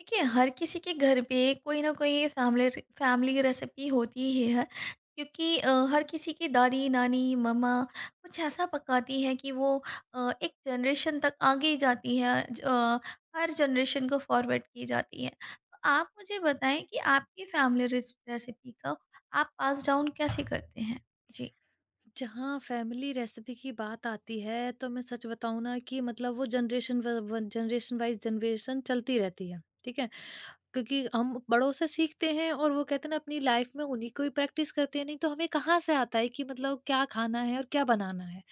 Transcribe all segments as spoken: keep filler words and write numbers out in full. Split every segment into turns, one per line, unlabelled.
देखिए, हर किसी के घर पे कोई ना कोई फैमिली फैमिली रेसिपी होती ही है। क्योंकि अ, हर किसी की दादी नानी मम्मा कुछ ऐसा पकाती है कि वो अ, एक जनरेशन तक आगे ही जाती है। ज- अ, हर जनरेशन को फॉरवर्ड की जाती है। तो आप मुझे बताएं कि आपकी फैमिली रेसिपी का आप पास डाउन कैसे करते हैं। जी।
जहाँ फैमिली रेसिपी की बात आती है तो मैं सच बताऊँ ना कि मतलब वो जनरेशन जनरेशन वाइज जनरेशन चलती रहती है, ठीक है? क्योंकि हम बड़ों से सीखते हैं और वो कहते हैं ना अपनी लाइफ में उन्हीं को ही प्रैक्टिस करते हैं, नहीं तो हमें कहाँ से आता है कि मतलब क्या खाना है और क्या बनाना है?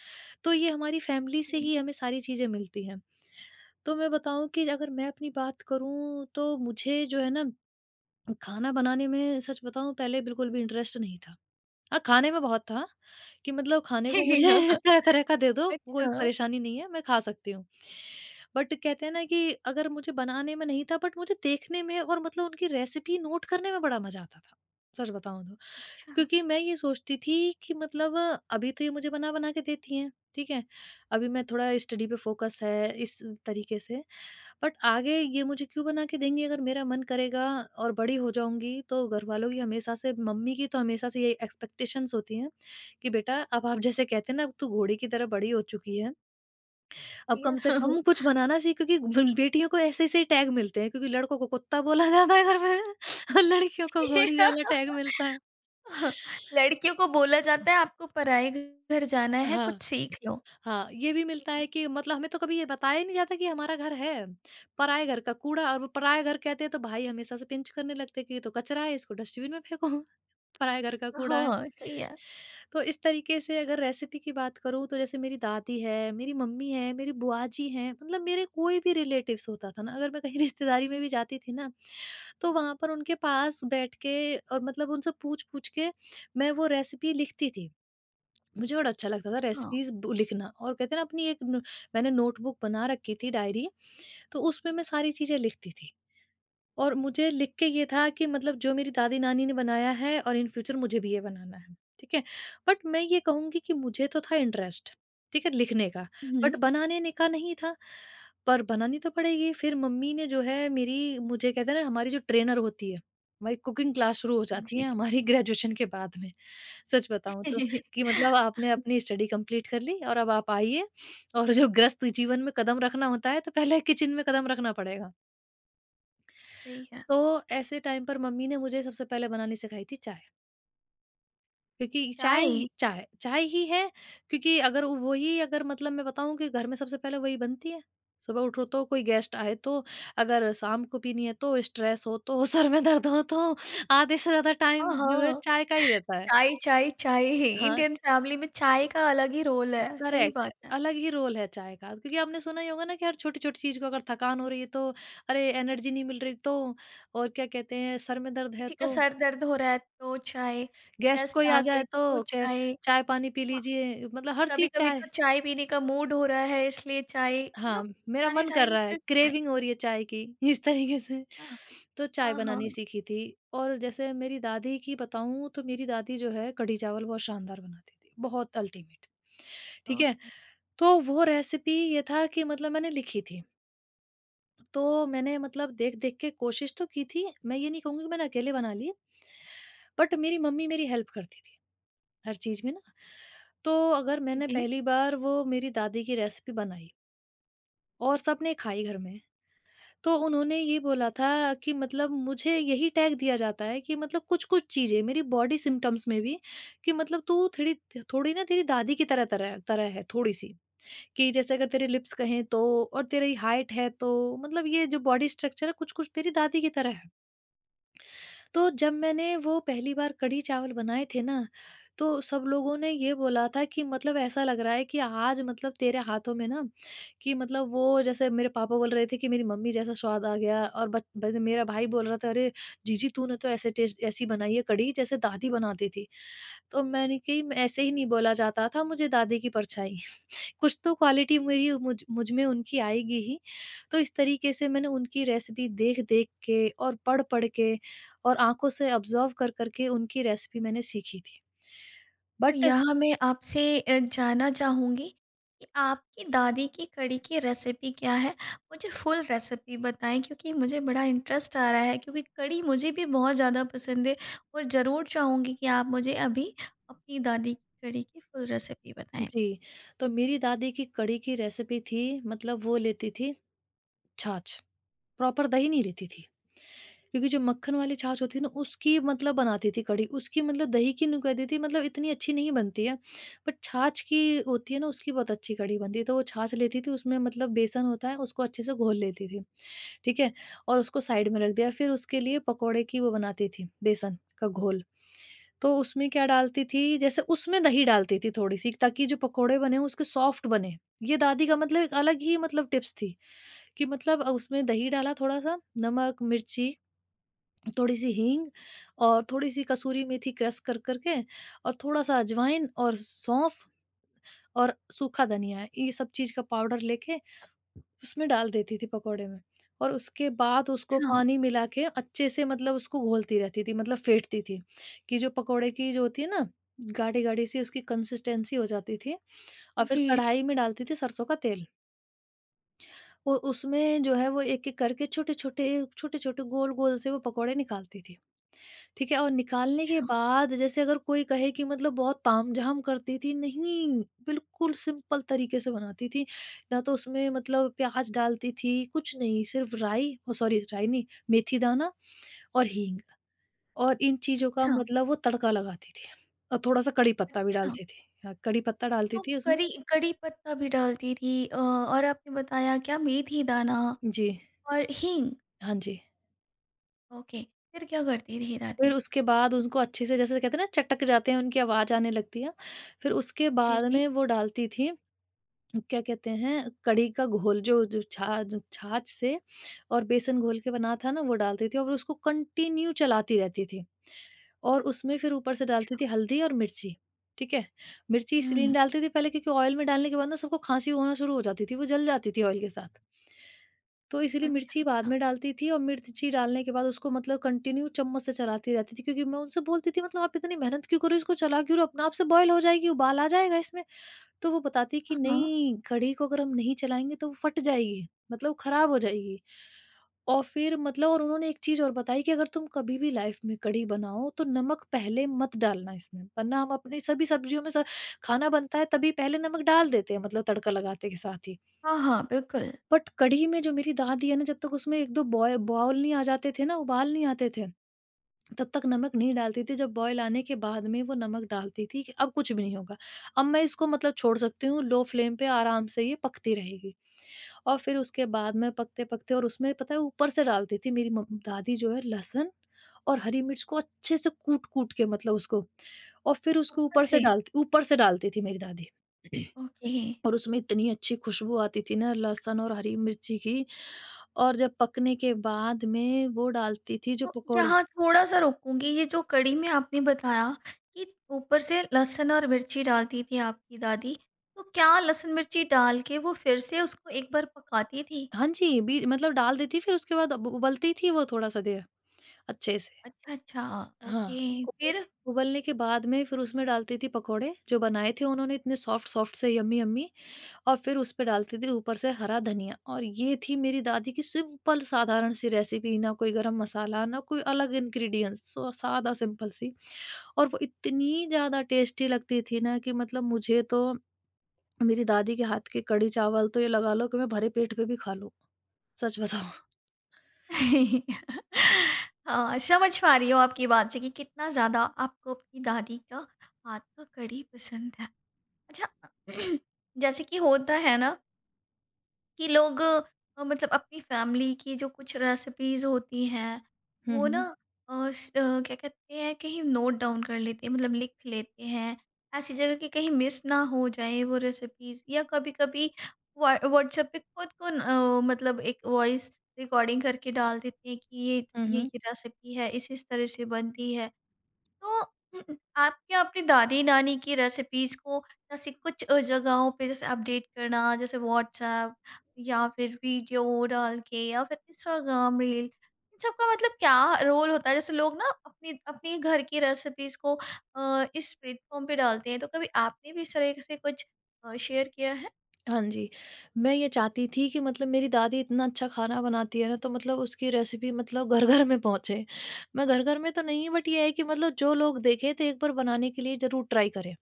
तो ये हमारी फैमिली से
जी।
ही हमें सारी चीज़ें मिलती हैं। तो मैं बताऊँ कि अगर मैं अपनी बात करूँ तो मुझे जो है ना, खाना बनाने में सच बताऊँ पहले बिल्कुल भी इंटरेस्ट नहीं था। हाँ, खाने में बहुत था कि मतलब खाने को मुझे तरह-तरह का दे दो, कोई
अच्छा।
परेशानी नहीं है, मैं खा सकती हूँ। बट कहते हैं ना कि अगर मुझे बनाने में नहीं था, बट मुझे देखने में और मतलब उनकी रेसिपी नोट करने में बड़ा मज़ा आता था, सच बताऊँ तो।
अच्छा।
क्योंकि मैं ये सोचती थी कि मतलब अ, अभी तो ये मुझे बना-बना के देती हैं, ठीक है? अभी मैं थोड़ा स्टडी पे फ़ोकस है इस तरीके से, बट आगे ये मुझे क्यों बना के देंगी अगर मेरा मन करेगा और बड़ी हो जाऊँगी? तो घरवालों की, हमेशा से मम्मी की तो हमेशा से ये एक्सपेक्टेशंस होती हैं कि बेटा, अब आप जैसे कहते हैं ना, अब तू घोड़े की तरह बड़ी हो चुकी है, अब
ठीक
कम से
है।
कम कुछ बनाना सीख, क्योंकि ब बेटियों को ऐसे-ऐसे टैग मिलते हैं, क्योंकि लड़कों को कुत्ता बोला जाता है घर में और लड़कियों को घोड़ी वाला टैग मिलता है।
हाँ, लड़कियों को बोला जाता है, आपको पराए घर जाना है,
हाँ।
कुछ सीख लो।
हाँ, ये भी मिलता
हम्म।
है कि मतलब हमें तो कभी ये बताया ही नहीं जाता कि हमारा घर है। पराए घर का कूड़ा, और वो पराया घर कहते हैं तो भाई हमेशा से पिंच करने लगते हैं कि ये तो कचरा है, इसको डस्टबिन में फेंको। पराए घर का कूड़ा है।
हाँ, सही है।
तो इस तरीके से अगर रेसिपी की बात करूँ तो जैसे मेरी दादी है, मेरी मम्मी है, मेरी बुआ जी हैं, मतलब मेरे कोई भी रिलेटिव्स होता था ना, अगर मैं कहीं रिश्तेदारी में भी जाती थी ना, तो वहाँ पर उनके पास बैठ के और मतलब उनसे पूछ-पूछ के मैं वो रेसिपी लिखती थी। मुझे बड़ा अच्छा लगता था
हाँ।
रेसिपीज़ ब लिखना, और कहते हैं ना अपनी एक न मैंने नोटबुक बना रखी थी, डायरी, तो उसमें मैं सारी चीज़ें लिखती थी। और मुझे लिख के ये था कि मतलब जो मेरी दादी-नानी ने बनाया है और इन फ्यूचर मुझे भी ये बनाना है, ठीक है? बट मैं ये कहूँगी कि मुझे तो था इंटरेस्ट, ठीक है? लिखने का, बट
हुँ।
बनाने ने का नहीं था, पर बनानी तो पड़ेगी। फिर मम्मी ने जो है मेरी, मुझे कहते हैं ना, हमारी जो ट्रेनर होती है, हमारी कुकिंग क्लास शुरू हो जाती
जी।
है
जी।
हमारी ग्रेजुएशन के बाद में। सच बताऊँ तो, कि मतलब आपने अपनी स्टडी कंप्लीट कर ली और अब आप आइए, और जो गृहस्थ जीवन में कदम रखना होता है, तो पहले किचन में कदम रखना पड़ेगा।
सही है।
तो ऐसे टाइम पर मम्मी ने मुझे सबसे पहले बनानी सिखाई थी चाय, क्योंकि चाय
चाय।
ही चाय, चाय ही है। क्योंकि अगर वो- वही, अगर मतलब मैं बताऊँ कि घर में सबसे पहले वही बनती है। सुबह उठो तो, कोई गेस्ट आए तो, अगर शाम को पीनी है तो, स्ट्रेस हो तो, सर में दर्द हो तो, आधे से ज़्यादा
हाँ,
टाइम जो है
हाँ।
चाय का ही रहता है।
चाय, चाय, चाय।
हाँ,
इंडियन फैमिली में चाय का अलग ही रोल है। सही
करेक्ट,
बात है।
अलग ही रोल है चाय का, क्योंकि आपने सुना ही होगा ना कि हर छोटी-छोटी चीज़ को, अगर थकान हो रही है तो, अरे एनर्जी नहीं मिल रही तो, और क्या कहते हैं सर में दर्द है
किसी का
तो,
सर दर्द हो रहा है तो चाय,
गेस्ट
गेस्ट
कोई
आ
आ
गए
जाए तो,
तो
क
चाय।
चाय पानी पी
हाँ,
लीजिए,
और
मतलब हर चीज़
कभी-कभी
चाय।
तो चाय पीने का मूड हो रहा है इसलिए चाय
हाँ,
मतलब
मेरा
एनी
मन कर
टाइम
रहा है,
सिर्फ चाय।
क्रेविंग हो रही है चाय की इस तरीके से।
हाँ,
तो चाय
हाँ, हाँ।
बनानी सीखी थी। और जैसे मेरी दादी की बताऊँ तो मेरी दादी जो है कढ़ी चावल बहुत शानदार बनाती थी, बहुत अल्टीमेट, ठीक है?
ओके।
तो वो रेसिपी ये था कि मतलब मैंने लिखी थी। तो मैंने मतलब देख-देख के कोशिश तो की थी, मैं ये नहीं कहूँगी कि मैंने अकेले बना लिए। बट मेरी मम्मी मेरी हेल्प करती थी, हर चीज़ में ना। तो अगर मैंने
जी।
पहली बार वो मेरी दादी की रेसिपी बनाई और सबने खाई घर में, तो उन्होंने ये बोला था कि मतलब मुझे यही टैग दिया जाता है कि मतलब कुछ-कुछ चीज़ें मेरी बॉडी सिम्पटम्स में भी, कि मतलब तू थोड़ी, थोड़ी ना तेरी दादी की तरह-तरह तरह तरह है थोड़ी-सी। कि जैसे अगर तेरे लिप्स कहें तो, और तेरी हाइट है तो, मतलब ये जो बॉडी स्ट्रक्चर है कुछ-कुछ तेरी दादी की तरह है। तो जब मैंने वो पहली बार कढ़ी चावल बनाए थे ना, तो सब लोगों ने ये बोला था कि मतलब ऐसा लग रहा है कि आज मतलब तेरे हाथों में ना, कि मतलब वो, जैसे मेरे पापा बोल रहे थे कि मेरी मम्मी जैसा स्वाद आ गया, और बच ब मेरा भाई बोल रहा था, "अरे! जीजी, तूने तो ऐसे टेस्ट ऐसी बनाई है कढ़ी जैसे दादी बनाती थी।" तो मैंने कही, "मैं- ऐसे ही नहीं बोला जाता था, मुझे दादी की परछाई। कुछ तो क्वालिटी मेरी मुझ मुझ में उनकी आएगी ही।" तो इस तरीके से मैंने उनकी रेसिपी देख-देख के और पढ़-पढ़ के और आँखों से ऑब्ज़र्व कर-कर के उनकी रेसिपी मैंने सीखी थी।
तो
बट
यहाँ मैं आपसे अ, जानना चाहूँगी कि आपकी दादी की कढ़ी की रेसिपी क्या है? मुझे फुल रेसिपी बताएँ, क्योंकि मुझे बड़ा इंटरेस्ट आ रहा है, क्योंकि कढ़ी मुझे भी बहुत ज़्यादा पसंद है। और ज़रूर चाहूँगी कि आप मुझे अभी अपनी दादी की कढ़ी की फुल रेसिपी बताएँ
जी,
प्लीज़।
तो मेरी दादी की कढ़ी की रेसिपी थी मतलब वो लेती थी छाछ। प्रॉपर दही नहीं रहती थी। क्योंकि जो मक्खन वाली छाछ होती है ना उसकी मतलब बनाती थी कढ़ी, उसकी मतलब दही की नुं कह देती मतलब इतनी अच्छी नहीं बनती है, बट छाछ की होती है ना उसकी बहुत अच्छी कढ़ी बनती है। तो वो छाछ लेती थी, उसमें मतलब बेसन होता है, उसको अच्छे से घोल लेती थी, ठीक है? और उसको साइड में रख दिया, फिर उसके लिए पकौड़े की वो बनाती थी बेसन का घोल। तो उसमें क्या डालती थी जैसे, उसमें दही डालती थी थोड़ी-सी, ताकि जो पकौड़े बने हों उसके सॉफ्ट बने। ये दादी का मतलब एक अलग ही मतलब टिप्स थी। कि मतलब अ, उसमें दही डाला थोड़ा-सा, नमक, मिर्ची, थोड़ी-सी हींग, और थोड़ी-सी कसूरी मेथी क्रश कर कर के, और थोड़ा-सा अजवाइन और सौंफ और सूखा धनिया, ये सब चीज़ का पाउडर लेके उसमें डाल देती थी पकोड़े में। और उसके बाद उसको
अच्छा,
पानी मिला के अच्छे से मतलब उसको घोलती रहती थी, मतलब फेंटती थी, कि जो पकोड़े की जो होती है ना, गाढ़ी-गाढ़ी सी उसकी कंसिस्टेंसी हो जाती थी। और फिर
जी।
कढ़ाई में डालती थी सरसों का तेल। और उसमें जो है वो एक-एक करके छोटे-छोटे, छोटे-छोटे गोल-गोल से वो पकौड़े निकालती थी। ठीक है? और निकालने के
अच्छा,
बाद, जैसे अगर कोई कहे कि मतलब बहुत तामझाम करती थी, नहीं, बिल्कुल सिंपल तरीके से बनाती थी। ना तो उसमें मतलब प्याज़ डालती थी, कुछ नहीं, सिर्फ़ राई, ओह सॉरी, राई नहीं, मेथी दाना और हींग, और इन चीज़ों का
अच्छा,
मतलब वो तड़का लगाती थी। और थोड़ा-सा कड़ी पत्ता भी
अच्छा।
डालती थी। हाँ, कड़ी पत्ता डालती
तो
थी उसमें।
करी कड़ी पत्ता भी डालती थी, अ, और आपने बताया क्या, मेथी दाना
जी।
और हींग।
हाँ जी।
ओके, फिर क्या करती थी
फिर
दादी?
उसके बाद उनको अच्छे से जैसे कहते हैं ना चटक जाते हैं, उनकी आवाज़ आने लगती है। फिर उसके
जी,
बाद
जी।
में वो डालती थी, क्या कहते हैं, कढ़ी का घोल, जो जो छाछ, छाछ से और बेसन घोल के बना था ना, वो डालती थी और उसको कंटिन्यू चलाती रहती थी। और उसमें फिर ऊपर से डालती
अच्छा,
थी हल्दी और मिर्ची, ठीक है? मिर्ची इसलिए नहीं
हुँ।
डालती थी पहले, क्योंकि ऑयल में डालने के बाद ना सबको खाँसी होना शुरू हो जाती थी, वो जल जाती थी ऑयल के साथ। तो इसीलिए
अच्छा,
मिर्ची बाद
अच्छा।
में डालती थी, और मिर्ची डालने के बाद उसको मतलब कंटिन्यू चम्मच से चलाती रहती थी, क्योंकि मैं उनसे बोलती थी मतलब आप इतनी मेहनत क्यों करो, इसको चला क्यों रहे हो? अपने आप से बॉयल हो जाएगी, उबाल आ जाएगा इसमें। तो वो बताती कि
हाँ, हाँ।
नहीं, कढ़ी को अगर हम नहीं चलाएंगे तो वो फट जाएगी, मतलब खराब हो जाएगी। और फिर मतलब और उन्होंने एक चीज और बताई कि अगर तुम कभी भी लाइफ में कढ़ी बनाओ तो नमक पहले मत डालना इसमें, वरना हम अपनी सभी सब्जियों में स- खाना बनता है तभी पहले नमक डाल देते हैं, मतलब तड़का लगाते के साथ ही।
हाँ, हाँ, बिल्कुल।
बट कढ़ी में जो मेरी दादी है ना, जब तक उसमें एक दो बॉय बॉयल नहीं आ जाते थे ना, उबाल नहीं आते थे, तब तक नमक नहीं डालती थी। जब बॉयल आने के बाद में वो नमक डालती थी कि अब कुछ भी नहीं होगा। अब मैं इसको मतलब छोड़ सकती हूँ, लो फ्लेम पे आराम से ये पकती रहेगी। और फिर उसके बाद में पकते-पकते और उसमें पता है ऊपर से डालती थी मेरी मम दादी जो है, लहसुन और हरी मिर्च को अच्छे से कूट-कूट के मतलब उसको। और फिर उसको
ऊपर
ऊपर से
से?
डालती ऊपर से डालती थी मेरी दादी।
ओके।
और उसमें इतनी अच्छी खुशबू आती थी ना लहसुन और हरी मिर्ची की। और जब पकने के बाद में वो डालती थी जो
तो
पकौड़े।
यहाँ थोड़ा-सा रोकूँगी, ये जो कढ़ी में आपने बताया कि ऊपर से लहसुन और मिर्ची डालती थी आपकी दादी, तो क्या लहसुन-मिर्ची डाल के वो फिर से उसको एक बार पकाती थी?
हाँ जी, बी मतलब डाल देती फिर उसके बाद उ उबलती थी वो थोड़ा-सा देर अच्छे से।
अच्छा, अच्छा।
हाँ,
ओके,
उबल
फिर?
उबलने के बाद में फिर उसमें डालती थी पकौड़े जो बनाए थे उन्होंने, इतने सॉफ्ट-सॉफ्ट से यम्मी-यम्मी। और फिर उस पे डालती थी ऊपर से हरा धनिया। और ये थी मेरी दादी की सिंपल साधारण सी रेसिपी, ना कोई गरम मसाला, ना कोई अलग इंग्रीडिएंट्स, सो सादा सिंपल सी। और वो इतनी ज़्यादा टेस्टी लगती थी ना कि मतलब मुझे तो मेरी दादी के हाथ के कढ़ी चावल, तो ये लगा लो कि मैं भरे पेट पे भी खा लूँ, सच बताऊँ।
हाँ, समझ पा रही हूँ आपकी बात से कि कितना ज़्यादा आपको आपकी दादी का हाथ का कढ़ी पसंद है। अच्छा। जैसे कि होता है ना, कि लोग अ, मतलब अपनी फैमिली की जो कुछ रेसिपीज़ होती हैं,
हुँ,
वो ना,
हुँ।
अ, स अ, क्या कहते हैं, कहीं नोट डाउन कर लेते हैं, मतलब लिख लेते हैं। ऐसी जगह कि कहीं मिस ना हो जाए वो रेसिपीज़, या कभी-कभी व्हा व्हाट्सएप पे खुद को न अ, मतलब एक वॉइस रिकॉर्डिंग करके डाल देते हैं कि ये,
हुँ,
ये
हुँ।
ये रेसिपी है, इस इस तरह से बनती है। तो उम, आप क्या अपनी दादी-नानी की रेसिपीज़ को जैसे कुछ अ, जगहों पे, जैसे अपडेट करना, जैसे व्हाट्सएप या फिर वीडियो डाल के या फिर इंस्टाग्राम रील, इन सब का मतलब क्या रोल होता है? जैसे लोग ना अपनी अपनी घर की रेसिपीज़ को अ, इस प्लेटफ़ॉर्म पे डालते हैं, तो कभी आपने भी इस तरह से कुछ अ, शेयर किया है?
हाँ जी, मैं ये चाहती थी कि मतलब मेरी दादी इतना अच्छा खाना बनाती है ना, तो मतलब उसकी रेसिपी मतलब घर-घर में पहुँचे। मैं घर-घर में तो नहीं, बट ये है कि मतलब जो लोग देखें तो एक बार बनाने के लिए ज़रूर ट्राई करें।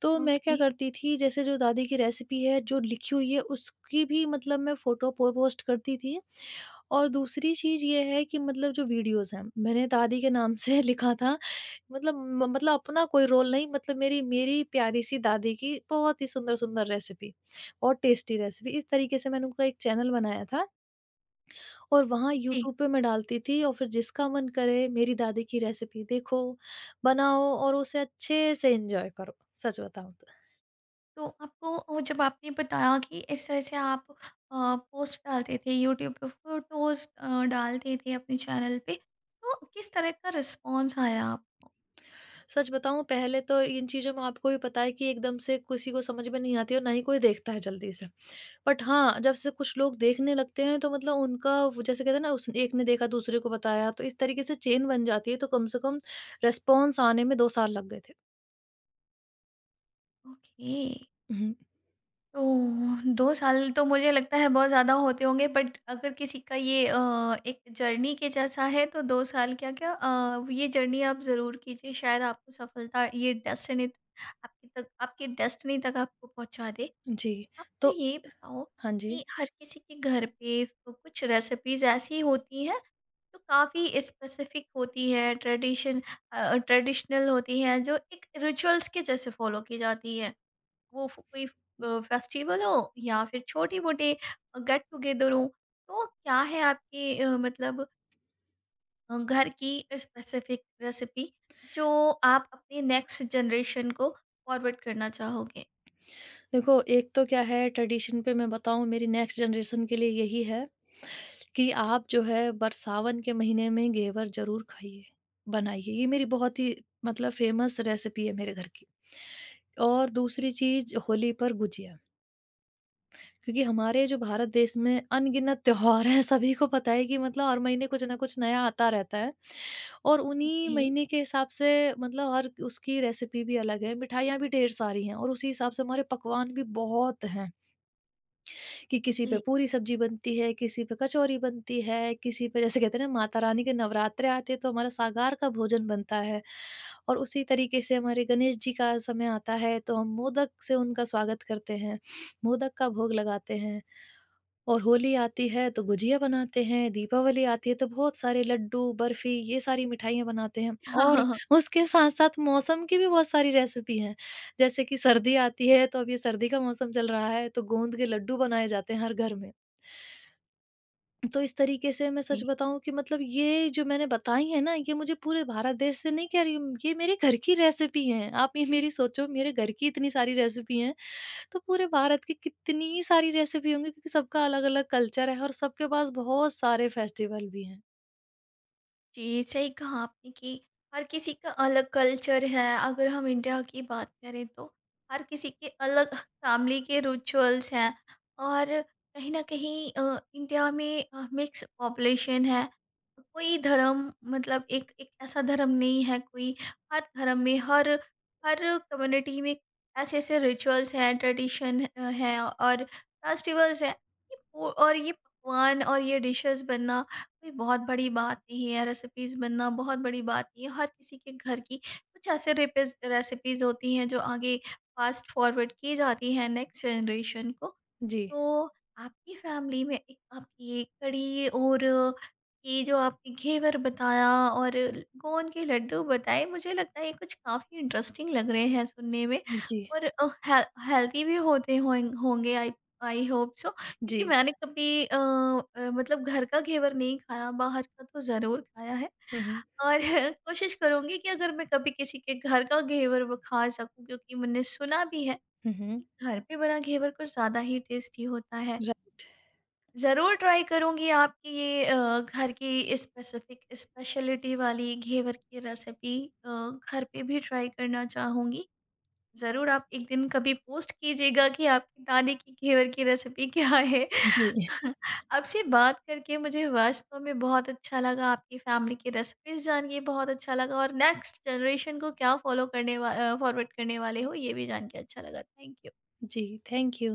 तो मैं क्या
ओके,
करती थी, जैसे जो दादी की रेसिपी है, जो लिखी हुई है उसकी भी मतलब मैं फ़ोटो पो पोस्ट करती थी। और दूसरी चीज़ ये है कि मतलब जो वीडियोज़ हैं, मैंने दादी के नाम से लिखा था, मतलब म मतलब अपना कोई रोल नहीं, मतलब मेरी मेरी प्यारी-सी दादी की बहुत ही सुंदर-सुंदर रेसिपी और टेस्टी रेसिपी। इस तरीके से मैंने उनका एक चैनल बनाया था, और वहाँ
जी।
यूट्यूब पे मैं डालती थी। और फिर जिसका मन करे मेरी दादी की रेसिपी देखो, बनाओ और उसे अच्छे से एन्जॉय करो। सच बताऊँ तो।
तो आपको वो, जब आपने बताया कि इस तरह से आप पोस्ट डालते थे यूट्यूब पे, फोटोज डालते थे अपने चैनल पे, तो किस तरह का रिस्पॉन्स आया आपको?
सच बताऊँ, पहले तो इन चीज़ों में आपको भी पता है कि एकदम से किसी को समझ में नहीं आती और ना ही कोई देखता है जल्दी से। बट हाँ, जब से कुछ लोग देखने लगते हैं तो मतलब उनका वो जैसे कहते हैं ना, उस एक ने देखा दूसरे को बताया, तो इस तरीके से चेन बन जाती है। तो कम से कम रिस्पॉन्स आने में दो साल लग गए थे।
ओके।
हुँ,
तो दो साल तो मुझे लगता है बहुत ज़्यादा होते होंगे, बट अगर किसी का ये अ, एक जर्नी के जैसा है, तो दो साल क्या क्या, अ, ये जर्नी आप ज़रूर कीजिए, शायद आपको सफलता, ये डेस्टिनी आपके तक आपके डेस्टिनी तक आपको पहुंचा दे।
जी।
आप मुझे
तो
ये बताओ
हाँ
कि
जी।
हर किसी के घर पे तो कुछ रेसिपीज ऐसी होती हैं जो काफ़ी स्पेसिफिक होती है, ट्रेडिशन ट्रेडिशनल होती है, जो एक रिचुअल्स के जैसे फॉलो की जाती है। वो फ- कोई फेस्टिवल हो या फिर छोटी मोटी गेट टुगेदर हो, तो क्या है आपके, अ, मतलब अ, घर की स्पेसिफिक रेसिपी जो आप अपने नेक्स्ट जनरेशन को फॉरवर्ड करना चाहोगे?
देखो, एक तो क्या है ट्रेडिशन पे मैं बताऊँ, मेरी नेक्स्ट जनरेशन के लिए यही है कि आप जो है बरसावन के महीने में घेवर ज़रूर खाइए, बनाइए। ये मेरी बहुत ही मतलब फ़ेमस रेसिपी है मेरे घर की। और
जी।
दूसरी चीज़, होली पर गुजिया। क्योंकि हमारे जो भारत देश में अनगिनत त्योहार हैं, सभी को पता है कि मतलब हर महीने कुछ ना कुछ नया आता रहता है, और उन्हीं
जी।
महीने के हिसाब से मतलब हर उसकी रेसिपी भी अलग है, मिठाइयाँ भी ढेर सारी हैं और उसी हिसाब से हमारे पकवान भी बहुत हैं। कि किसी पे
जी।
पूरी सब्जी बनती है, किसी पे कचौरी बनती है, किसी पे जैसे कहते हैं ना माता रानी के नवरात्रे आते हैं तो हमारा सागार का भोजन बनता है। और उसी तरीके से हमारे गणेश जी का समय आता है तो हम मोदक से उनका स्वागत करते हैं, मोदक का भोग लगाते हैं। और होली आती है तो गुजिया बनाते हैं, दीपावली आती है तो बहुत सारे लड्डू, बर्फ़ी, ये सारी मिठाइयाँ बनाते हैं।
हाँ,
और
हाँ, हाँ।
उसके साथ-साथ मौसम की भी बहुत सारी रेसिपी हैं। जैसे कि सर्दी आती है तो, अब ये सर्दी का मौसम चल रहा है, तो गोंद के लड्डू बनाए जाते हैं हर घर में। तो इस तरीके से मैं सच
जी।
बताऊँ कि मतलब ये जो मैंने बताई है ना, ये मुझे पूरे भारत देश से नहीं कह रही हूँ, ये मेरे घर की रेसिपी हैं। आप ये मेरी सोचो, मेरे घर की इतनी सारी रेसिपी हैं, तो पूरे भारत की कितनी सारी रेसिपी होंगी, क्योंकि सबका अलग-अलग कल्चर है और सबके पास बहुत सारे फेस्टिवल भी हैं।
जी, सही कहा आपने कि हर किसी का अलग कल्चर है। अगर हम इंडिया की बात करें तो हर किसी के अलग फैमिली के रिचुअल्स हैं, और कहीं न कहीं अ, इंडिया में अ, मिक्स पॉपुलेशन है। कोई धर्म मतलब एक एक ऐसा धर्म नहीं है कोई, हर धर्म में, हर हर कम्युनिटी में ऐसे-ऐसे रिचुअल्स हैं, ट्रेडिशन अ, है, और फेस्टिवल्स हैं। ये पो और ये पकवान और ये डिशेज़ बनना कोई बहुत बड़ी बात नहीं है, रेसिपीज़ बनना बहुत बड़ी बात नहीं है। हर किसी के घर की कुछ ऐसे रेपिस रेसिपीज़ होती हैं जो आगे फ़ास्ट फ़ॉरवर्ड की जाती हैं नेक्स्ट जनरेशन को।
जी।
तो आपकी फैमिली में एक आपकी ये कढ़ी, और ये जो आपने घेवर बताया और गोंद के लड्डू बताए, मुझे लगता है ये कुछ काफ़ी इंटरेस्टिंग लग रहे हैं सुनने में।
जी।
और अ, हेल, हेल्दी भी होते हों- होंगे। आई आई होप सो,
जी।
क्योंकि मैंने कभी अ, अ, मतलब घर का घेवर नहीं खाया, बाहर का तो ज़रूर खाया है।
हुँ, हुँ।
और कोशिश करूंगी कि अगर मैं कभी किसी के घर का घेवर वो खा सकूं, क्योंकि मैंने सुना भी है
हुँ, हुँ।
घर पे बना घेवर कुछ ज़्यादा ही टेस्टी होता है।
राइट।
ज़रूर ट्राई करूँगी आपकी ये अ, घर की स्पेसिफ़िक स्पेशलिटी वाली घेवर की रेसिपी। अ, घर पे भी ट्राई करना चाहूँगी। ज़रूर आप एक दिन कभी पोस्ट कीजिएगा कि आपकी दादी की घेवर की रेसिपी क्या है?
जी।
आपसे बात करके मुझे वास्तव में बहुत अच्छा लगा, आपकी फैमिली की रेसिपीज़ जान के बहुत अच्छा लगा, और नेक्स्ट जनरेशन को क्या फ़ॉलो करने वा अ, फ़ॉरवर्ड करने वाले हो ये भी जान के अच्छा लगा। Thank you.
जी, थैंक यू।